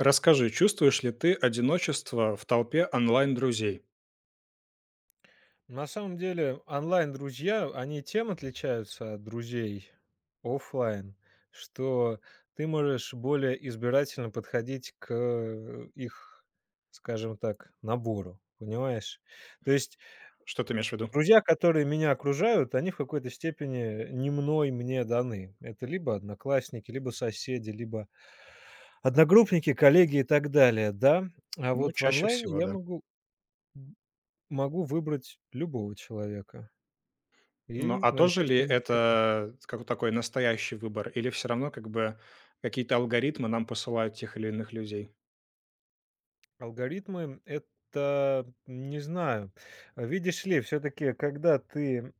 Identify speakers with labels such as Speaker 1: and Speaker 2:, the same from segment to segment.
Speaker 1: Расскажи, чувствуешь ли ты одиночество в толпе онлайн-друзей?
Speaker 2: На самом деле, онлайн-друзья, они тем отличаются от друзей оффлайн, что ты можешь более избирательно подходить к их, скажем так, набору. Понимаешь? То есть
Speaker 1: Что ты имеешь в виду?
Speaker 2: друзья, которые меня окружают, они в какой-то степени не мной мне даны. Это либо одноклассники, либо соседи, либо одногруппники, коллеги и так далее, да. А
Speaker 1: Ну,
Speaker 2: вот в
Speaker 1: чаще
Speaker 2: онлайне
Speaker 1: всего,
Speaker 2: я
Speaker 1: да.
Speaker 2: могу выбрать любого человека.
Speaker 1: Ну,
Speaker 2: И
Speaker 1: а тоже
Speaker 2: начать
Speaker 1: ли
Speaker 2: с ним общение.
Speaker 1: это как такой настоящий выбор, или все равно как бы какие-то алгоритмы нам посылают тех или иных людей?
Speaker 2: Алгоритмы- это, не знаю, видишь ли, все таки когда ты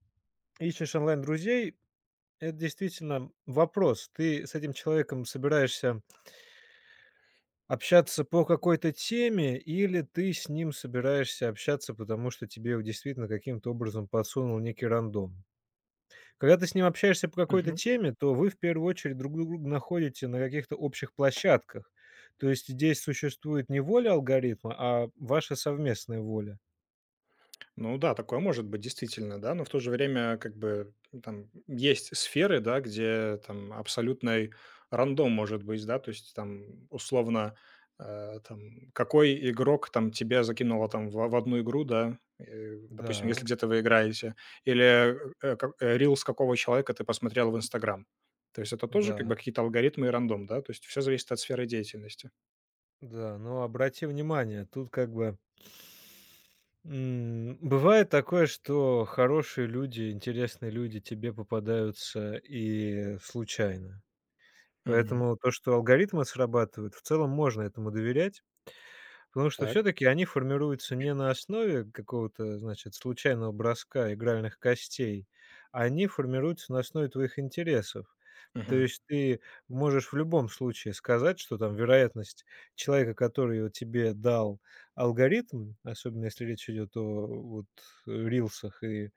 Speaker 2: ищешь онлайн-друзей, это действительно вопрос. Ты с этим человеком собираешься общаться по какой-то теме или ты с ним собираешься общаться, потому что тебе его действительно каким-то образом подсунул некий рандом? Когда ты с ним общаешься по какой-то теме, то вы в первую очередь друг друга находите на каких-то общих площадках. То есть здесь существует не воля алгоритма, а ваша совместная воля.
Speaker 1: Ну да, такое может быть действительно, да, но в то же время как бы там есть сферы, да, где там абсолютный рандом может быть, да, то есть там условно там какой игрок там тебя закинуло там в одну игру, да, допустим, если
Speaker 2: Да,
Speaker 1: где-то вы играете, или рилс какого человека ты посмотрел в Инстаграм. То есть это тоже как
Speaker 2: да,
Speaker 1: бы какие-то алгоритмы и рандом, да, то есть все зависит от сферы деятельности.
Speaker 2: да. Но обрати внимание, тут как бы бывает такое, что хорошие люди, интересные люди тебе попадаются и случайно.
Speaker 1: Мгм.
Speaker 2: Поэтому то, что алгоритмы срабатывают, в целом можно этому доверять. Потому что все
Speaker 1: Так.
Speaker 2: таки они формируются не на основе какого-то, значит, случайного броска игральных костей, а они формируются на основе твоих интересов. То
Speaker 1: Мгм.
Speaker 2: есть ты можешь в любом случае сказать, что там вероятность человека, который вот тебе дал алгоритм, особенно если речь идет о вот рилсах и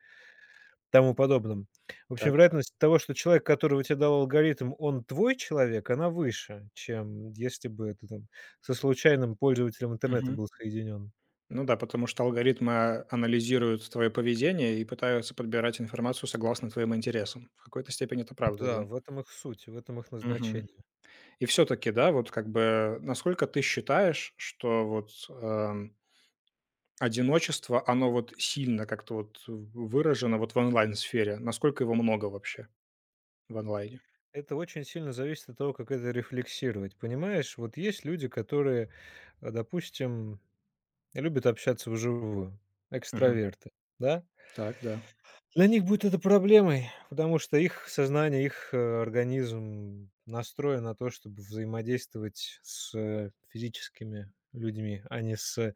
Speaker 2: тому подобном. В общем,
Speaker 1: Так.
Speaker 2: вероятность того, что человек, которого тебе дал алгоритм, он твой человек, она выше, чем если бы ты там со случайным пользователем интернета
Speaker 1: Мгм.
Speaker 2: был соединен.
Speaker 1: Ну да, потому что алгоритмы анализируют твое поведение и пытаются подбирать информацию согласно твоим интересам. В какой-то степени это правда,
Speaker 2: Да,
Speaker 1: да.
Speaker 2: в этом их суть, в этом их
Speaker 1: Мгм.
Speaker 2: назначение.
Speaker 1: И все-таки, да, вот как бы насколько ты считаешь, что вот одиночество, оно вот сильно как-то вот выражено вот в онлайн-сфере? Насколько его много вообще в онлайне?
Speaker 2: Это очень сильно зависит от того, как это рефлексировать. Понимаешь, вот есть люди, которые, допустим, любят общаться вживую,
Speaker 1: Мгм.
Speaker 2: экстраверты, да?
Speaker 1: Так, да.
Speaker 2: Для них будет это проблемой, потому что их сознание, их организм настроен на то, чтобы взаимодействовать с физическими людьми, а не с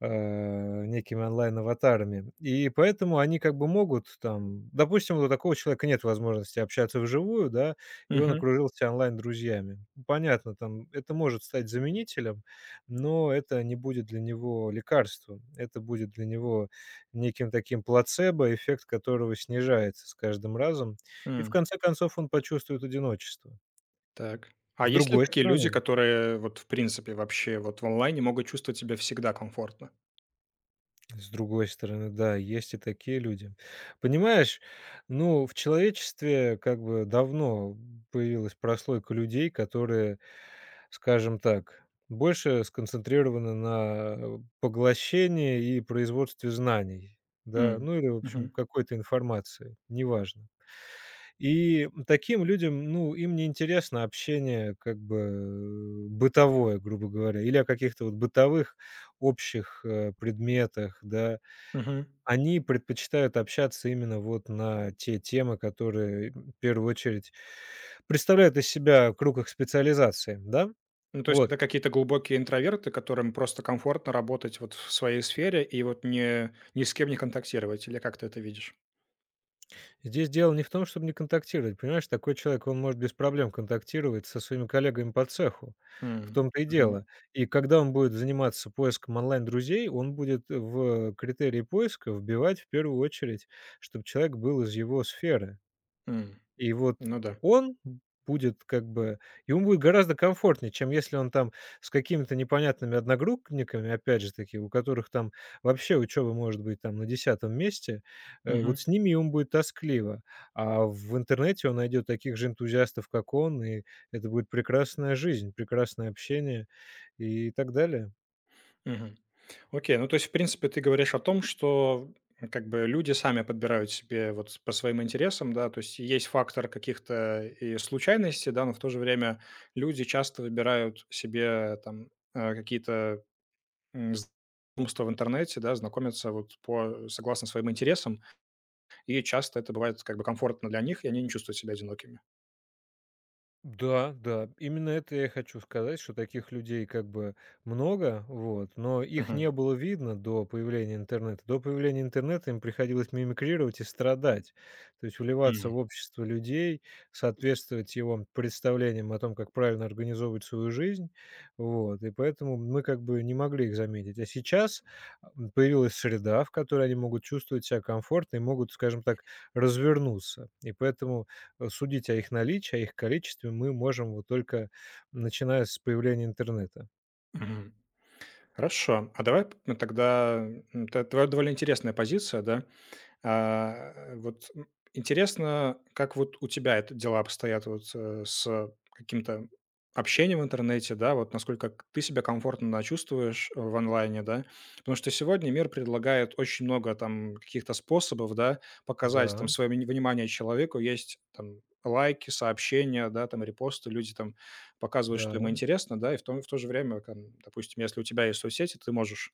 Speaker 2: некими онлайн-аватарами. И поэтому они как бы могут там допустим, вот у такого человека нет возможности общаться вживую, да, и он
Speaker 1: Мгм.
Speaker 2: окружился онлайн-друзьями. Понятно, там это может стать заменителем, но это не будет для него лекарством. Это будет для него неким таким плацебо, эффект которого снижается с каждым разом, и в
Speaker 1: М.
Speaker 2: конце концов он почувствует одиночество.
Speaker 1: Так. А
Speaker 2: С
Speaker 1: есть ли
Speaker 2: другой
Speaker 1: такие люди,
Speaker 2: стороны
Speaker 1: которые вот в принципе вообще вот в онлайне могут чувствовать себя всегда комфортно?
Speaker 2: С другой стороны, да, есть и такие люди. Понимаешь, ну, в человечестве как бы давно появилась прослойка людей, которые, скажем так, больше сконцентрированы на поглощении и производстве знаний. Да,
Speaker 1: М.
Speaker 2: ну или, в общем,
Speaker 1: Мгм.
Speaker 2: какой-то информации, неважно. И таким людям, ну, им не интересно общение как бы бытовое, грубо говоря, или о каких-то вот бытовых общих предметах, да,
Speaker 1: Мгм.
Speaker 2: они предпочитают общаться именно вот на те темы, которые, в первую очередь, представляют из себя круг их специализации, да?
Speaker 1: Ну, то есть
Speaker 2: Вот.
Speaker 1: это какие-то глубокие интроверты, которым просто комфортно работать вот в своей сфере и вот не ни с кем не контактировать, или как ты это видишь?
Speaker 2: Здесь дело не в том, чтобы не контактировать. Понимаешь, такой человек, он может без проблем контактировать со своими коллегами по цеху. В
Speaker 1: М.
Speaker 2: том-то и
Speaker 1: Мгм.
Speaker 2: дело. И когда он будет заниматься поиском онлайн-друзей, он будет в критерии поиска вбивать в первую очередь, чтобы человек был из его сферы.
Speaker 1: М.
Speaker 2: И вот
Speaker 1: Ну да.
Speaker 2: он будет как бы ему будет гораздо комфортнее, чем если он там с какими-то непонятными одногруппниками, опять же таки, у которых там вообще учеба может быть там на десятом месте,
Speaker 1: Мгм.
Speaker 2: вот с ними ему будет тоскливо. А в интернете он найдет таких же энтузиастов, как он, и это будет прекрасная жизнь, прекрасное общение и так далее.
Speaker 1: Мгм. Окей, ну, то есть, в принципе, ты говоришь о том, что, как бы люди сами подбирают себе вот по своим интересам, да, то есть есть фактор каких-то и случайностей, да, но в то же время люди часто выбирают себе там, какие-то м, знакомства в интернете, да, знакомятся вот по согласно своим интересам, и часто это бывает как бы комфортно для них, и они не чувствуют себя одинокими.
Speaker 2: Да, да, именно это я и хочу сказать, что таких людей как бы много, вот, но их
Speaker 1: Мгм.
Speaker 2: не было видно до появления интернета. До появления интернета им приходилось мимикрировать и страдать, то есть вливаться
Speaker 1: Мгм.
Speaker 2: в общество людей, соответствовать его представлениям о том, как правильно организовывать свою жизнь, вот, и поэтому мы как бы не могли их заметить. А сейчас появилась среда, в которой они могут чувствовать себя комфортно и могут, скажем так, развернуться, и поэтому судить о их наличии, о их количестве мы можем вот только начиная с появления интернета.
Speaker 1: Мгм. Хорошо. А давай ну, тогда твоя довольно интересная позиция, да. А, вот, интересно, как вот у тебя это дела обстоят вот, с каким-то общением в интернете, да, вот насколько к ты себя комфортно, да, чувствуешь в онлайне, да? Потому что сегодня мир предлагает очень много там каких-то способов, да, показать там
Speaker 2: Да,
Speaker 1: свое внимание человеку. Есть там лайки, сообщения, да, там репосты. Люди там показывают, что им
Speaker 2: да,
Speaker 1: интересно, да, и в то же время, там, допустим, если у тебя есть соцсети, ты можешь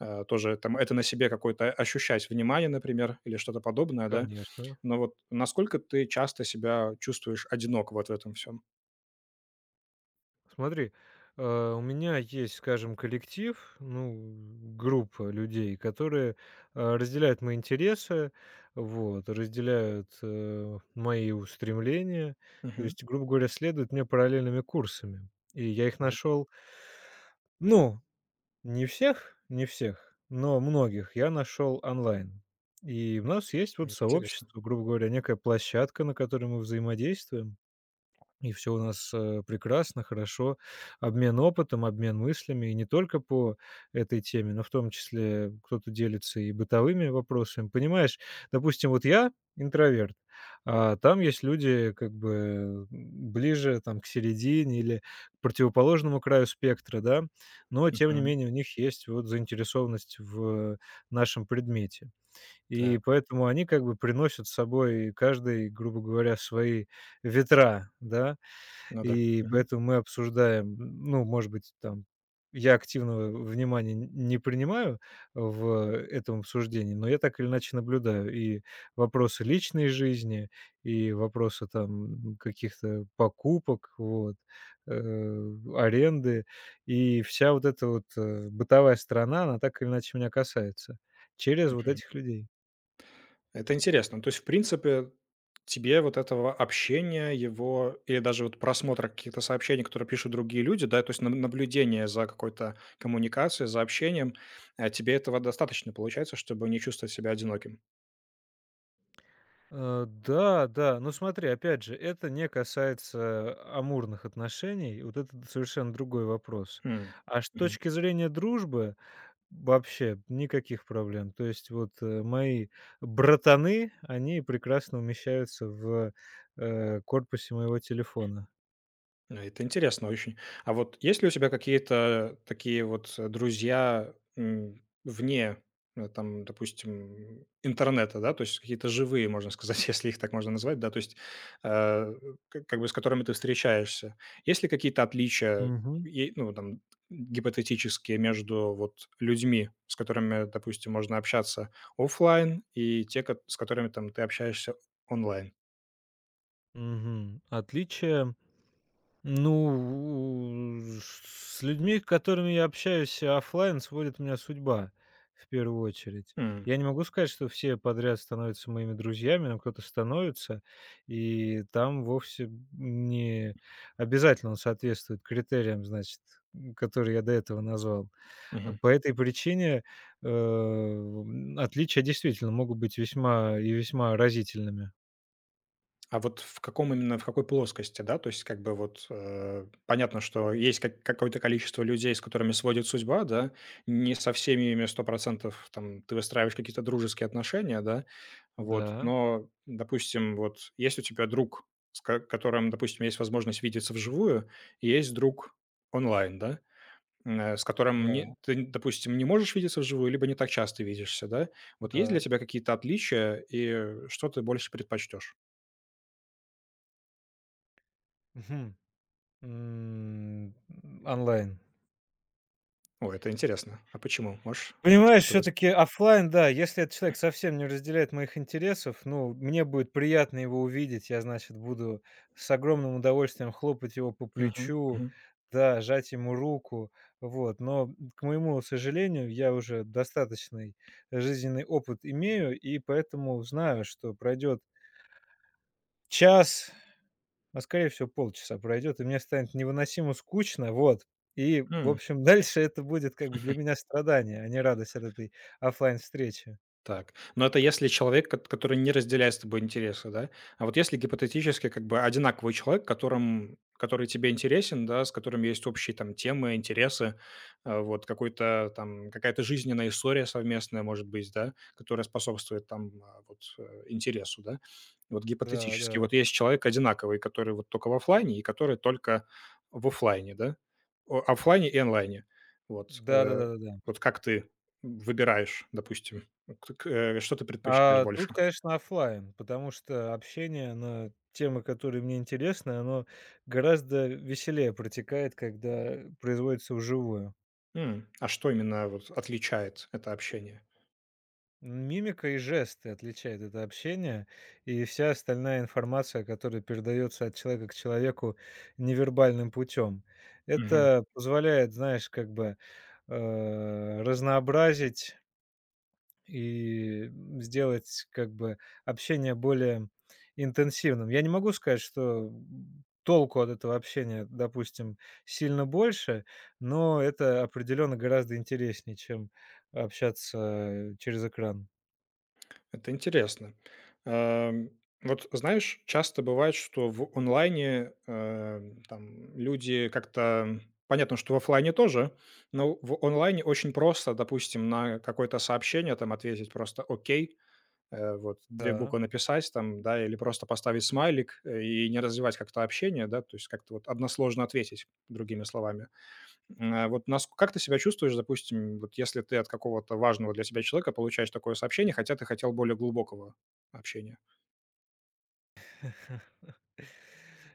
Speaker 1: Тоже там это на себе какое-то ощущать внимание, например, или что-то подобное, да.
Speaker 2: конечно.
Speaker 1: Но вот насколько ты часто себя чувствуешь одинок вот в этом всем?
Speaker 2: Смотри, у меня есть, скажем, коллектив, ну, группа людей, которые, разделяют мои интересы, вот, разделяют мои устремления. То
Speaker 1: Мгм.
Speaker 2: есть, грубо говоря, следуют мне параллельными курсами. И я их
Speaker 1: Так,
Speaker 2: нашел, ну, не всех, но многих я нашел онлайн. И у нас есть вот
Speaker 1: интересно.
Speaker 2: сообщество, грубо говоря, некая площадка, на которой мы взаимодействуем. И все у нас прекрасно, хорошо. Обмен опытом, обмен мыслями. И не только по этой теме, но в том числе кто-то делится и бытовыми вопросами. Понимаешь, допустим, вот я интроверт, а там есть люди как бы ближе там к середине или к противоположному краю спектра, да, но тем не
Speaker 1: Мгм.
Speaker 2: менее у них есть вот заинтересованность в нашем предмете. И
Speaker 1: Так,
Speaker 2: поэтому они как бы приносят с собой, каждый, грубо говоря, свои ветра, да.
Speaker 1: ну да.
Speaker 2: И
Speaker 1: Мгм,
Speaker 2: поэтому мы обсуждаем, ну, может быть, там я активного внимания н не принимаю в этом обсуждении, но я так или иначе наблюдаю и вопросы личной жизни, и вопросы там каких-то покупок, вот, аренды. И вся вот эта вот бытовая сторона, она так или иначе меня касается через вот
Speaker 1: мгм.
Speaker 2: этих людей.
Speaker 1: Это интересно. То есть, в принципе, тебе вот этого общения, его или даже вот просмотра каких-то сообщений, которые пишут другие люди, да, то есть наблюдение за какой-то коммуникацией, за общением, тебе этого достаточно получается, чтобы не чувствовать себя одиноким?
Speaker 2: Да, да. Но смотри, опять же, это не касается амурных отношений. Вот это совершенно другой вопрос.
Speaker 1: М.
Speaker 2: А с точки зрения дружбы вообще никаких проблем. То есть мои братаны, они прекрасно умещаются в корпусе моего телефона.
Speaker 1: Ну, это интересно очень. А вот есть ли у тебя какие-то такие вот друзья вне, там, допустим, интернета, да, то есть какие-то живые, можно сказать, если их так можно назвать, да, то есть э, как бы с которыми ты встречаешься. Есть ли какие-то отличия,
Speaker 2: Угу.
Speaker 1: ну, там, гипотетические между вот людьми, с которыми, допустим, можно общаться оффлайн и те, с которыми там ты общаешься онлайн?
Speaker 2: Угу. Отличия. Ну, у с людьми, с которыми я общаюсь оффлайн, сводит меня судьба в первую очередь.
Speaker 1: М.
Speaker 2: Я не могу сказать, что все подряд становятся моими друзьями, но кто-то становится, и там вовсе не обязательно он соответствует критериям, значит, которые я до этого назвал. А
Speaker 1: Мгм.
Speaker 2: по этой причине, отличия действительно могут быть весьма и весьма разительными.
Speaker 1: А вот в каком именно, в какой плоскости, да? То есть как бы вот, понятно, что есть как какое-то количество людей, с которыми сводит судьба, да? Не со всеми ими сто процентов там ты выстраиваешь какие-то дружеские отношения, да? Вот,
Speaker 2: Да,
Speaker 1: но, допустим, вот есть у тебя друг, с ко которым, допустим, есть возможность видеться вживую, и есть друг онлайн, да? С которым не
Speaker 2: да,
Speaker 1: ты, допустим, не можешь видеться вживую, либо не так часто видишься, да? Вот есть для
Speaker 2: да.
Speaker 1: тебя какие-то отличия и что ты больше предпочтешь?
Speaker 2: М, онлайн.
Speaker 1: О, это интересно. А почему? Можешь больше
Speaker 2: Понимаешь, все
Speaker 1: рассказать?
Speaker 2: таки оффлайн, да, если этот человек совсем не разделяет моих интересов, ну, мне будет приятно его увидеть. Я, значит, буду с огромным удовольствием хлопать его по
Speaker 1: Мгм,
Speaker 2: плечу,
Speaker 1: мгм.
Speaker 2: да, жать ему руку. Вот. Но, к моему сожалению, я уже достаточный жизненный опыт имею, и поэтому знаю, что пройдет час, скорее всего, полчаса пройдет, и мне станет невыносимо скучно, вот. И, в
Speaker 1: М.
Speaker 2: общем, дальше это будет как бы для меня страдание, а не радость от этой оффлайн-встречи.
Speaker 1: Так, но это если человек, который не разделяет с тобой интересы, да? А вот если гипотетически как бы одинаковый человек, которым который тебе интересен, да, с которым есть общие там темы, интересы, вот какой-то там какая-то жизненная история совместная, может быть, да, которая способствует там, вот, интересу, да. Вот
Speaker 2: Да,
Speaker 1: гипотетически,
Speaker 2: да.
Speaker 1: вот есть человек одинаковый, который вот только в оффлайне и который только в оффлайне, да? О Оффлайне и онлайне. Вот,
Speaker 2: Да-да-да-да-да.
Speaker 1: вот как ты выбираешь, допустим? К к э, что ты предпочитаешь
Speaker 2: А тут,
Speaker 1: больше?
Speaker 2: конечно, оффлайн, потому что общение на темы, которые мне интересны, оно гораздо веселее протекает, когда производится вживую.
Speaker 1: А что именно вот отличает это общение?
Speaker 2: Мимика и жесты отличают это общение, и вся остальная информация, которая передается от человека к человеку невербальным путем.
Speaker 1: Мгм.
Speaker 2: Это позволяет, знаешь, как бы разнообразить и сделать как бы общение более интенсивным. Я не могу сказать, что толку от этого общения, допустим, сильно больше, но это определенно гораздо интереснее, чем общаться через экран.
Speaker 1: Это интересно. Эм, вот, знаешь, часто бывает, что в онлайне, там люди как-то, понятно, что в оффлайне тоже, но в онлайне очень просто, допустим, на какое-то сообщение там ответить просто «окей», вот две
Speaker 2: Да.
Speaker 1: буквы написать там, да, или просто поставить смайлик, и не развивать как-то общение, да, то есть как-то вот односложно ответить, другими словами. А вот нас как ты себя чувствуешь, допустим, вот если ты от какого-то важного для тебя человека получаешь такое сообщение, хотя ты хотел более глубокого общения?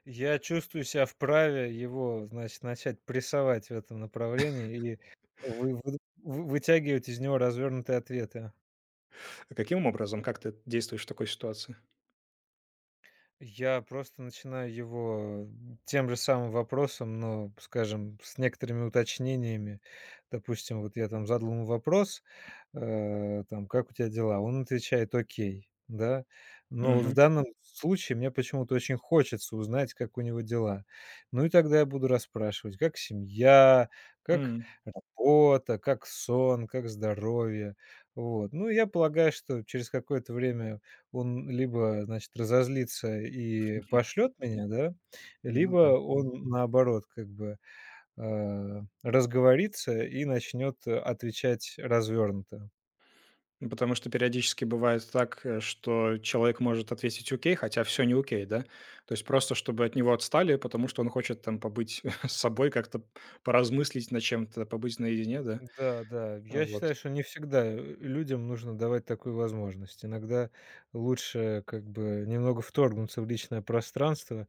Speaker 2: Я чувствую себя вправе его, значит, начать прессовать в этом направлении и вы вы вытягивать из него развернутые ответы.
Speaker 1: А каким образом, как ты действуешь в такой ситуации?
Speaker 2: Я просто начинаю его тем же самым вопросом, но, скажем, с некоторыми уточнениями. Допустим, вот я там задал ему вопрос, там: "Как у тебя дела?" Он отвечает: "Окей". Да? Но вот в
Speaker 1: Мгм.
Speaker 2: данном случае мне почему-то очень хочется узнать, как у него дела. Ну и тогда я буду расспрашивать: как семья, как
Speaker 1: М.
Speaker 2: работа, как сон, как здоровье. Вот. Ну, я полагаю, что через какое-то время он либо, значит, разозлится и пошлет меня, да,
Speaker 1: Ну да.
Speaker 2: либо он, наоборот, как бы, разговорится и начнет отвечать развернуто.
Speaker 1: Ну, потому что периодически бывает так, что человек может ответить «окей», хотя все не окей, да? То есть просто чтобы от него отстали, потому что он хочет там побыть с собой, как-то поразмыслить над чем-то, побыть наедине, да?
Speaker 2: Да, да,
Speaker 1: А,
Speaker 2: я
Speaker 1: вот.
Speaker 2: считаю, что не всегда, людям нужно давать такую возможность. Иногда лучше как бы немного вторгнуться в личное пространство,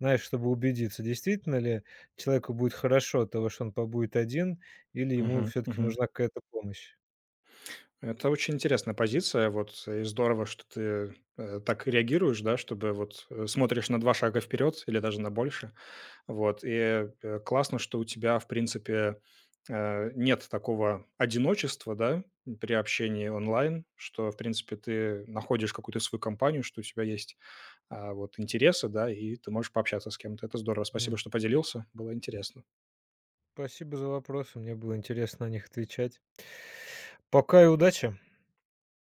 Speaker 2: знаешь, чтобы убедиться, действительно ли человеку будет хорошо от того, что он побудет один, или ему
Speaker 1: Мгм.
Speaker 2: все таки
Speaker 1: Мгм.
Speaker 2: нужна какая-то помощь.
Speaker 1: Это очень интересная позиция, вот, и здорово, что ты, так реагируешь, да, чтобы вот, смотришь на 2 шага вперед или даже на больше. Вот, и, классно, что у тебя, в принципе, нет такого одиночества, да, при общении онлайн, что, в принципе, ты находишь какую-то свою компанию, что у тебя есть, вот интересы, да, и ты можешь пообщаться с кем-то. Это здорово. Спасибо, что поделился, было интересно.
Speaker 2: Спасибо за вопросы. Мне было интересно на них отвечать. Пока и удачи.